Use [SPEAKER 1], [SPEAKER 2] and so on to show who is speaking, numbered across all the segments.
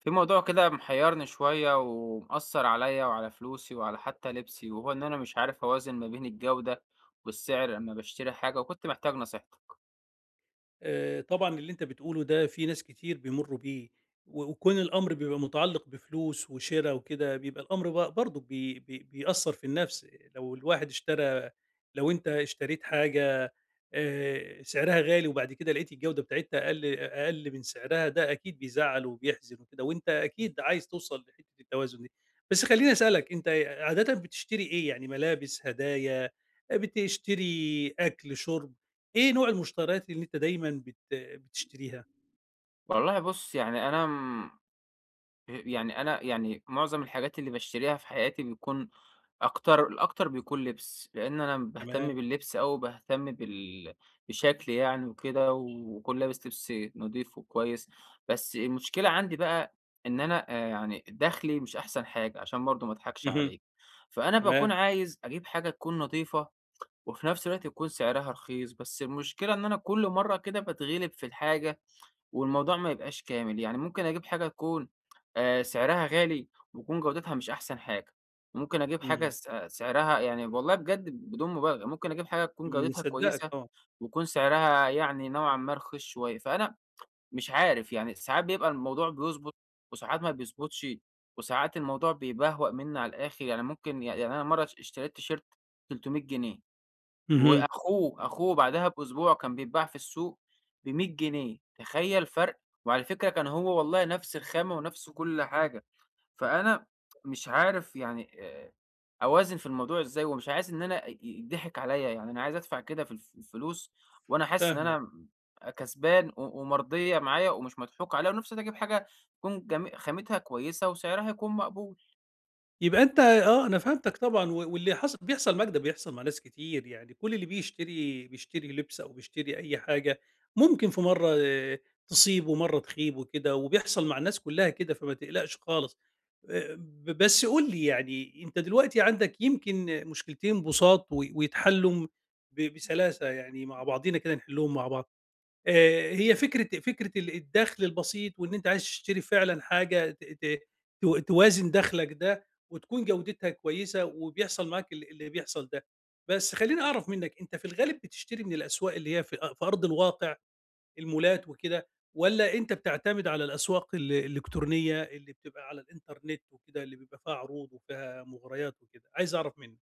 [SPEAKER 1] في موضوع كده محيرني شوية ومأثر عليا وعلى فلوسي وعلى حتى لبسي، وهو إن أنا مش عارف أوازن ما بين الجودة والسعر لما بشتري حاجة، وكنت محتاج نصيحتك.
[SPEAKER 2] طبعًا اللي أنت بتقوله ده في ناس كتير بيمرّوا بيه، وكون الأمر بيبقى متعلق بفلوس وشِرا وكده، بيبقى الأمر برضه بي بي بيأثّر في النفس، لو الواحد اشترى لو أنت اشتريت حاجة سعرها غالي وبعد كده لقيت الجودة بتاعتها أقل أقل من سعرها، ده أكيد بيزعّل وبيحزن وكده، وأنت أكيد عايز توصل لحتة التوازن دي. بس خلّيني أسألك، أنت عادةً بتشتري إيه؟ يعني ملابس، هدايا، بتشتري أكل، شُرب؟ إيه نوع المشتريات اللي أنت دايمًا بتشتريها؟
[SPEAKER 1] والله بص، يعني أنا يعني أنا يعني معظم الحاجات اللي باشتريها في حياتي بيكون أكتر، الأكتر بيكون لبس، لإن أنا باهتم
[SPEAKER 2] تمام.
[SPEAKER 1] باللبس أوي وباهتم بشكلي يعني وكده، وأكون لابس لبس نضيف وكويس. بس المشكلة عندي بقى إن أنا يعني دخلي مش أحسن حاجة، عشان برضه ما أضحكش
[SPEAKER 2] اهم.
[SPEAKER 1] عليك، فأنا
[SPEAKER 2] تمام.
[SPEAKER 1] باكون عايز أجيب حاجة تكون نضيفة وفي نفس الوقت يكون سعرها رخيص. بس المشكلة إن أنا كل مرّة كده باتغلب في الحاجة، والموضوع ما يبقاش كامل. يعني ممكن أجيب حاجة تكون سعرها غالي وتكون جودتها مش أحسن حاجة، وممكن أجيب حاجة
[SPEAKER 2] إمم.
[SPEAKER 1] سعرها يعني والله بجد بدون مبالغة، ممكن أجيب حاجة تكون جودتها
[SPEAKER 2] مصدّقك
[SPEAKER 1] كويسة
[SPEAKER 2] طبعًا.
[SPEAKER 1] ويكون سعرها يعني نوعًا ما رخيص شوية. فأنا مش عارف يعني، ساعات بيبقى الموضوع بيضبط وساعات ما بيضبطش، وساعات الموضوع بيبهوأ منّي على الآخر. يعني ممكن، يعني أنا مرّة اشتريت تيشيرت 300 جنيه،
[SPEAKER 2] اهم.
[SPEAKER 1] وأخوه، أخوه بعدها بأسبوع كان بيتباع في السوق ب100 جنيه، تخيّل فرق! وعلى فكرة كان هو والله نفس الخامة ونفس كل حاجة. فأنا مش عارف يعني أوازن في الموضوع إزاي، ومش عايز إن أنا يتضحك عليّا. يعني أنا عايز أدفع كده في الفلوس وأنا حاسس إن
[SPEAKER 2] فاهمك.
[SPEAKER 1] أنا كسبان و ومرضية معايا ومش مضحوك عليّا، وفي نفس الوقت أجيب حاجة تكون خامتها كويسة وسعرها يكون مقبول.
[SPEAKER 2] يبقى أنت آه، أنا فهمتك طبعًا، واللي حاصل بيحصل معاك ده بيحصل مع ناس كتير، يعني كل اللي بيشتري بيشتري لبس أو بيشتري أي حاجة، ممكن في مرّة تصيب ومرّة تخيب وكده، وبيحصل مع الناس كلّها كده، فما تقلقش خالص. ب بس قُل لي يعني أنت دلوقتي عندك يمكن مشكلتين بُساط ويتحلّوا بسلاسة يعني مع بعضينا كده نحلّهم مع بعض. هي فكرة الدخل البسيط وإن أنت عايز تشتري فعلًا حاجة ت ت تو توازن دخلك ده وتكون جودتها كويسة وبيحصل معاك اللي بيحصل ده. بس خلّيني أعرف منّك، أنت في الغالب بتشتري من الأسواق اللي هي في أرض الواقع المولات وكده، والّا أنت بتعتمد على الأسواق الإلكترونية اللي بتبقى على الإنترنت وكده، اللي بيبقى فيها عروض وفيها مغريات وكده؟ عايز أعرف منّك.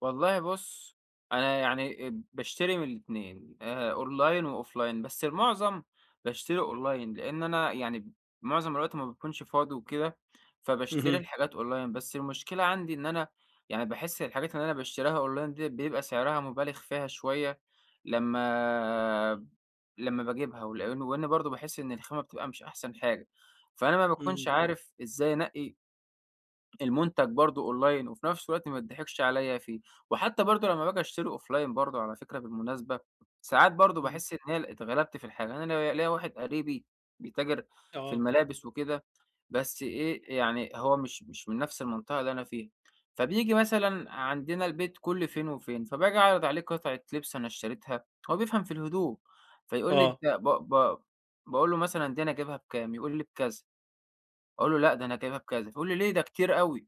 [SPEAKER 1] والله بُص، أنا يعني باشتري من الاتنين، أونلاين وأوفلاين، بس المعظم باشتري أونلاين، لإن أنا يعني معظم الوقت ما باكونش فاضي وكده، فباشتري
[SPEAKER 2] اهم.
[SPEAKER 1] الحاجات أونلاين. بس المشكلة عندي إن أنا، يعني باحس الحاجات اللي أنا باشتريها أونلاين ديّة بيبقى سعرها مُبالغ فيها شوية لمّا لمّا باجيبها، وإن برضه باحس إن الخامة بتبقى مش أحسن حاجة، فأنا ما باكونش
[SPEAKER 2] إمم.
[SPEAKER 1] عارف إزاي أنقّي المنتج برضه أونلاين وفي نفس الوقت ما تضحكش عليّا فيه. وحتى برضه لمّا باجي أشتري أوفلاين برضه، على فكرة بالمناسبة، ساعات برضه
[SPEAKER 2] إمم.
[SPEAKER 1] باحس إن هي اتغلبت في الحاجة. أنا ليّا واحد قريبي بيتاجر في
[SPEAKER 2] آه.
[SPEAKER 1] الملابس وكده. بس إيه، يعني هو مش من نفس المنطقة اللي أنا فيها، فبييجي مثلًا عندنا البيت كل فين وفين، فباجي أعرض عليه قطعة لبس أنا اشتريتها، هو بيفهم في الهدوم، فيقول لي:
[SPEAKER 2] آه.
[SPEAKER 1] "أنت" ب ب باقول له مثلًا: "دي أنا جايبها بكام؟" يقول لي: "بكذا." أقول له: "لأ، ده أنا جايبها بكذا." فيقول لي: "ليه؟ ده كتير أوي."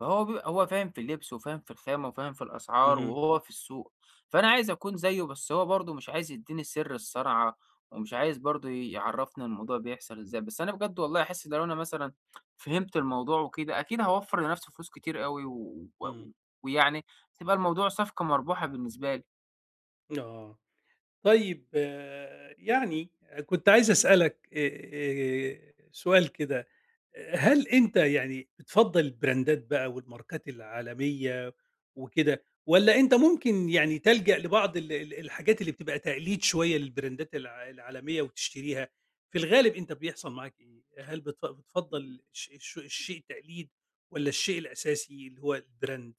[SPEAKER 1] فهو بيبقى هو فاهم في اللبس وفاهم في الخامة وفاهم في الأسعار
[SPEAKER 2] اهم.
[SPEAKER 1] وهو في السوق. فأنا عايز أكون زيه، بس هو برضه مش عايز يدّيني سر الصنعة، ومش عايز برضه يعرّفني الموضوع بيحصل إزاي. بس أنا بجد والله أحس إن لو أنا مثلًا فهمت الموضوع وكده أكيد هاوفّر لنفسي فلوس كتير أوي و و
[SPEAKER 2] إمم.
[SPEAKER 1] ويعني هتبقى الموضوع صفقة مربوحة بالنسبة لي.
[SPEAKER 2] آه. طيب. يعني كنت عايز أسألك سؤال كده. هل أنت يعني بتفضّل البراندات بقى والماركات العالمية وكده، والّا أنت ممكن يعني تلجأ لبعض ال ال الحاجات اللي بتبقى تقليد شوية للبراندات العالمية وتشتريها؟ في الغالب أنت بيحصل معاك إيه؟ هل بتفضّل الشيء التقليد والّا الشيء الأساسي اللي هو الbrand؟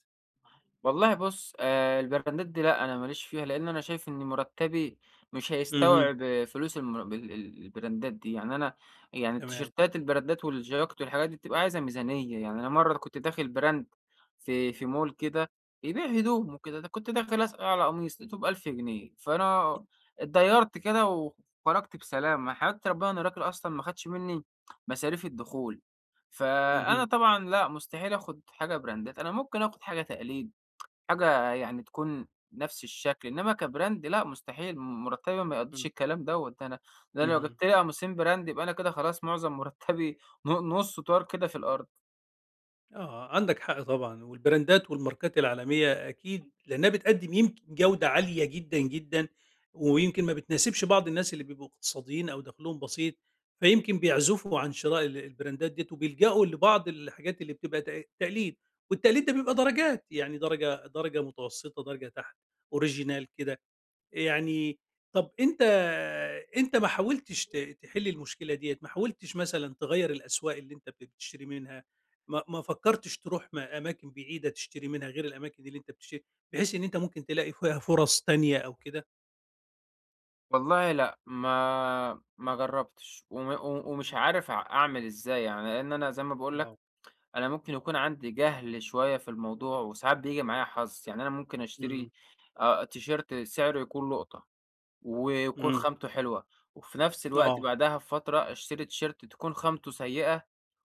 [SPEAKER 1] والله بُص، البراندات دي لأ، أنا ما ليش فيها، لإن أنا شايف إن مرتّبي مش
[SPEAKER 2] اهم.
[SPEAKER 1] هيستوعب فلوس المر بال ال البراندات دي. يعني أنا، يعني
[SPEAKER 2] تمام.
[SPEAKER 1] التيشيرتات البراندات والجاكيت والحاجات دي بتبقى عايزة ميزانية. يعني أنا مرّة كنت داخل براند في mall كده بيبيع هدوم وكده، ده كنت داخل أسأل على قميص لقيته ب1000 جنيه، فأنا اتضيّرت كده وخرجت بسلامة، حياة ربنا إن الراجل أصلًا ما خدش منّي مصاريف الدخول. فأنا
[SPEAKER 2] اهم.
[SPEAKER 1] طبعًا لأ، مستحيل آخُد حاجة براندات، أنا ممكن آخُد حاجة تقليد، حاجة يعني تكون نفس الشكل، إنما كبراند لأ مستحيل، مرتبي ما يقضّيش
[SPEAKER 2] إمم.
[SPEAKER 1] الكلام دوّة. ده أنا لو
[SPEAKER 2] اهم.
[SPEAKER 1] جبت لي قاموسين براند يبقى أنا كده خلاص معظم مرتبي نُصّه طار كده في الأرض.
[SPEAKER 2] آه، عندك حق طبعًا، والبراندات والماركات العالمية أكيد لأنها بتقدّم يمكن جودة عالية جدًا، جدًا، ويمكن ما بتناسبش بعض الناس اللي بيبقوا اقتصاديين أو دخلهم بسيط، فيمكن بيعزفوا عن شراء البراندات ديّة وبيلجأوا لبعض الحاجات اللي بتبقى تقليد، والتقليد ده بيبقى درجات، يعني درجة درجة متوسطة، درجة تحت، original كده. يعني طَب أنت ما حاولتش تحل المشكلة ديّة، ما حاولتش مثلًا تغيّر الأسواق اللي أنت بتشتري منها، ما فكّرتش تروح أماكن بعيدة تشتري منها غير الأماكن اللي أنت بتشتري بحيث إن أنت ممكن تلاقي فيها فرص تانية أو كده؟
[SPEAKER 1] والله لأ، ما جرّبتش وم و ومش
[SPEAKER 2] امم.
[SPEAKER 1] عارف أعمل إزاي يعني، لإن أنا زي ما باقول لك،
[SPEAKER 2] آه.
[SPEAKER 1] أنا ممكن يكون عندي جهل شوية في الموضوع وساعات بييجي معايا حظ. يعني أنا ممكن
[SPEAKER 2] امم.
[SPEAKER 1] أشتري تيشيرت سعره يكون لُقطة ويكون
[SPEAKER 2] امم.
[SPEAKER 1] خامته حلوة، وفي نفس الوقت
[SPEAKER 2] آه.
[SPEAKER 1] بعدها بفترة اشتري تيشيرت تكون خامته سيئة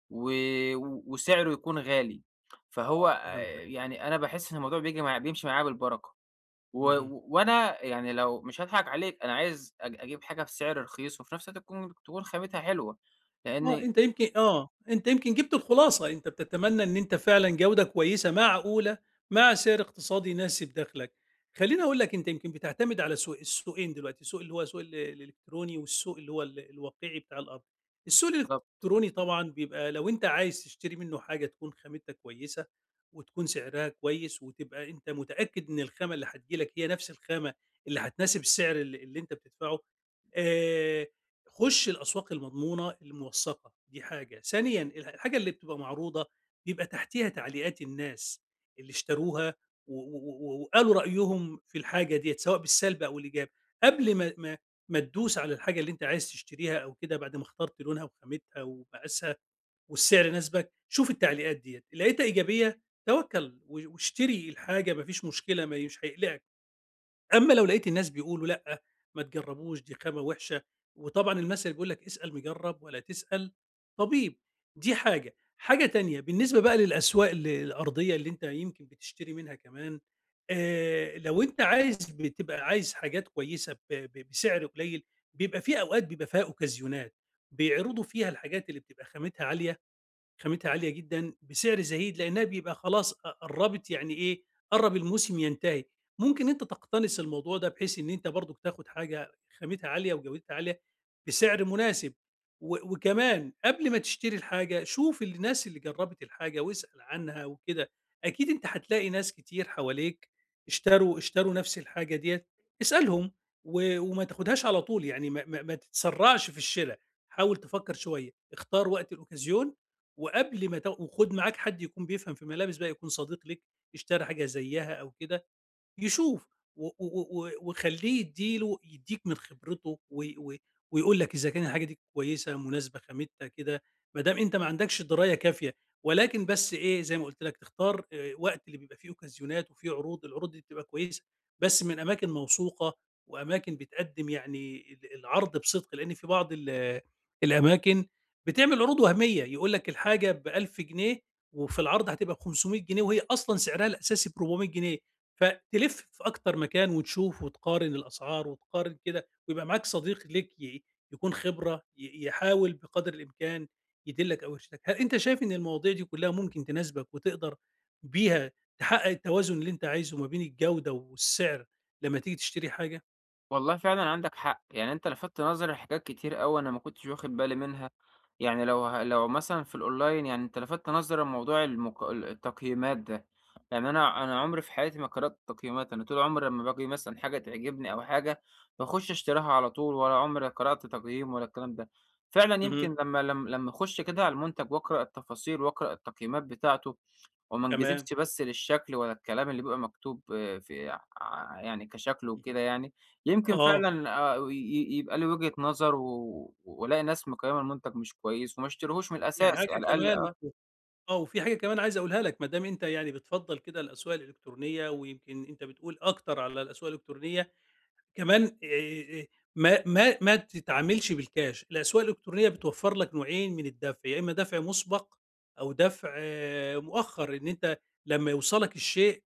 [SPEAKER 1] و وسعره يكون غالي. فهو
[SPEAKER 2] آه. فهمتك.
[SPEAKER 1] يعني أنا باحس إن الموضوع بييجي معايا، بيمشي معايا بالبركة.
[SPEAKER 2] اهم.
[SPEAKER 1] وأنا يعني لو مش هاضحك عليك، أنا عايز أجيب حاجة بسعر رخيص وفي نفس الوقت تكون خامتها حلوة،
[SPEAKER 2] آه.
[SPEAKER 1] لإن
[SPEAKER 2] أنت يمكن جِبت الخلاصة، أنت بتتمنى إن أنت فعلًا جودة كويسة معقولة، مع سعر اقتصادي يناسب دخلك. خلّيني أقول لك أنت يمكن بتعتمد على السوقين دلوقتي، السوق اللي هو سوق الإلكتروني والسوق اللي هو الواقعي بتاع الأرض. السوق
[SPEAKER 1] بالضبط.
[SPEAKER 2] الإلكتروني طبعًا بيبقى لو أنت عايز تشتري منه حاجة تكون خامتها كويسة، وتكون سعرها كويس، وتبقى أنت متأكد إن الخامة اللي هتيجي لك هي نفس الخامة اللي هتناسب السعر اللي أنت بتدفعه. آآ خُش الأسواق المضمونة الموثّقة، دي حاجة. ثانيًا الحاجة اللي بتبقى معروضة بيبقى تحتيها تعليقات الناس اللي اشتروها و و و وقالوا رأيهم في الحاجة ديّة، سواء بالسلب أو الإيجاب. قبل ما تدوس على الحاجة اللي أنت عايز تشتريها أو كده بعد ما اخترت لونها وخامتها ومقاسها والسعر ناسبك، شوف التعليقات ديّة، لقيتها إيجابية توكّل واشتري الحاجة ما فيش مشكلة، ما ي مش هيقلقك. أمّا لو لقيت الناس بيقولوا لأ، ما تجرّبوش دي خامة وِحشة، وطبعًا المَثل بيقول لك اسأل مجرّب ولا تسأل طبيب، دي حاجة. حاجة تانية بالنسبة بقى للأسواق الأرضية اللي أنت يمكن بتشتري منها كمان، لو أنت عايز بتبقى عايز حاجات كويسة ب ب بسعر قليل، بيبقى في أوقات بيبقى فيها أوكازيونات، بيعرضوا فيها الحاجات اللي بتبقى خامتها عالية جدًا بسعر زهيد، لأنها بيبقى خلاص قرّبت يعني إيه، قرّب الموسم ينتهي. ممكن أنت تقتنص الموضوع ده بحيث إن أنت برضك تاخد حاجة خامتها عالية وجودتها عالية بسعر مناسب، وكمان قبل ما تشتري الحاجة شوف الناس اللي جرّبت الحاجة واسأل عنها وكده، أكيد أنت هتلاقي ناس كتير حواليك اشتروا نفس الحاجة ديّة، اسألهم وما تاخدهاش على طول، يعني ما تتسرّعش في الشِرا، حاول تفكّر شوية، اختار وقت الأوكازيون، وقبل ما تا وخُد معاك حد يكون بيفهم في الملابس بقى، يكون صديق ليك اشترى حاجة زيّها أو كده يشوف و و و وخلّيه يدّيك من خبرته و و ويقول لك إذا كان الحاجة دي كويسة، مناسبة، خامتها كده، ما دام أنت ما عندكش دراية كافية، ولكن بس إيه، زي ما قُلت لك تختار وقت اللي بيبقى فيه أوكازيونات وفيه عروض، العروض دي بتبقى كويسة، بس من أماكن موثوقة وأماكن بتقدّم يعني العرض بصدق، لإن في بعض الأماكن بتعمل عروض وهمية، يقول لك الحاجة ب1000 جنيه وفي العرض هتبقى ب500 جنيه وهي أصلًا سعرها الأساسي ب400 جنيه، فتلِف في أكتر مكان وتشوف وتقارن الأسعار وتقارن كده، ويبقى معاك صديق ليك يكون خبرة، يحاول بقدر الإمكان يدلّك أو يرشدك. هل أنت شايف إن المواضيع دي كلّها ممكن تناسبك وتقدر بيها تحقق التوازن اللي أنت عايزه ما بين الجودة والسعر لمّا تيجي تشتري حاجة؟
[SPEAKER 1] والله فعلًا عندك حق، يعني أنت لفتت نظري لحاجات كتير أوي أنا ما كنتش واخد بالي منها. يعني لو مثلًا في الأونلاين، يعني أنت لفتت نظري لموضوع المق ال التقييمات ده. يعني أنا عمري في حياتي ما قرأت التقييمات، أنا طول عمري لمّا باجي مثلًا حاجة تعجبني أو حاجة باخش اشتراها على طول، ولا عمري قرأت تقييم ولا الكلام ده. فعلًا
[SPEAKER 2] اهم.
[SPEAKER 1] يمكن لمّا لم لمّا أخش كده على المنتج وأقرأ التفاصيل وأقرأ التقييمات بتاعته وما
[SPEAKER 2] تمام.
[SPEAKER 1] نجذبش بس للشكل ولا الكلام اللي بيبقى مكتوب، آه، في يعني كشكل وكده يعني، يمكن
[SPEAKER 2] آه.
[SPEAKER 1] فعلًا آه، ي ي يبقى ليه وجهة نظر والاقي ناس مقيّمة المنتج مش كويس وما اشتريهوش من
[SPEAKER 2] في
[SPEAKER 1] الأساس،
[SPEAKER 2] حاجة
[SPEAKER 1] على
[SPEAKER 2] كمان
[SPEAKER 1] الأقل.
[SPEAKER 2] آه، وفي حاجة كمان عايز أقولها لك، ما دام أنت يعني بتفضّل كده الأسواق الإلكترونية ويمكن أنت بتقول أكتر على الأسواق الإلكترونية، كمان ما تتعاملش بالكاش، الأسواق الإلكترونية بتوفّر لك نوعين من الدفع، يا إمّا دفع مُسبَق أو دفع مؤخّر، إن أنت لمّا يوصلك الشيء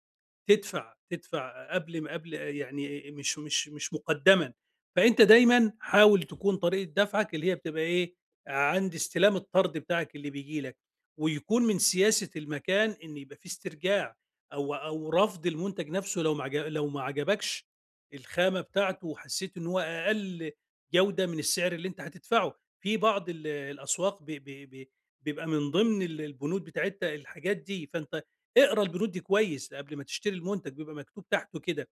[SPEAKER 2] تدفع، قبل يعني مش مُقدَّمًا، فأنت دايمًا حاول تكون طريقة دفعك اللي هي بتبقى إيه، عند استلام الطرد بتاعك اللي بييجي لك، ويكون من سياسة المكان إن يبقى في استرجاع أو رفض المنتج نَفْسه لو ما عجبكش الخامة بتاعته وحسّيت إن هو أقل جودة من السعر اللي أنت هتدفعه. في بعض الأسواق ب ب ب بيبقى من ضمن البنود بتاعتها الحاجات دي، فأنت اقرا البنود دي كويس قبل ما تشتري المنتج بيبقى مكتوب تحته كده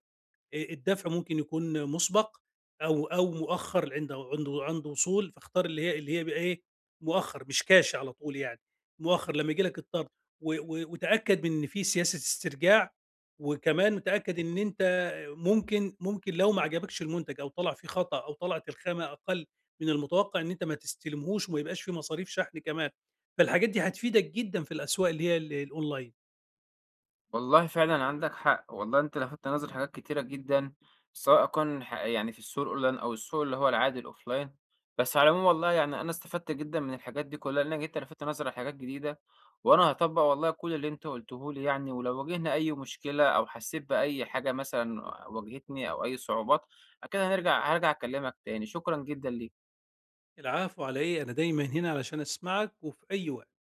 [SPEAKER 2] الدفع ممكن يكون مسبق او مؤخر عند وصول، فاختار اللي هي بقى ايه، مؤخر مش كاش على طول يعني، مؤخر لما يجي لك الطرد وتاكد من ان في سياسه استرجاع، وكمان متاكد ان انت ممكن لو ما عجبكش المنتج او طلع فيه خطا او طلعت الخامه اقل من المتوقع ان انت ما تستلمهوش وما يبقاش فيه مصاريف شحن كمان، فالحاجات دي هتفيدك جدا في الاسواق اللي هي الاونلاين.
[SPEAKER 1] والله فعلًا عندك حق، والله أنت لفتت نظري لحاجات كتيرة جدًا، سواء كان يعني في السوق الأونلاين أو السوق اللي هو العادي الoffline. بس على العموم والله، يعني أنا استفدت جدًا من الحاجات دي كلها، لأنك أنت لفتت نظري لحاجات جديدة، وأنا هاطبّق والله كل اللي أنت قُلته لي يعني، ولو واجهنا أي مشكلة أو حسيت بأي حاجة مثلًا واجهتني أو أي صعوبات، أكيد هارجع أكلمك تاني. شكرًا جدًا ليك.
[SPEAKER 2] العفو على إيه، أنا دايمًا هنا علشان أسمعك وفي أي وقت.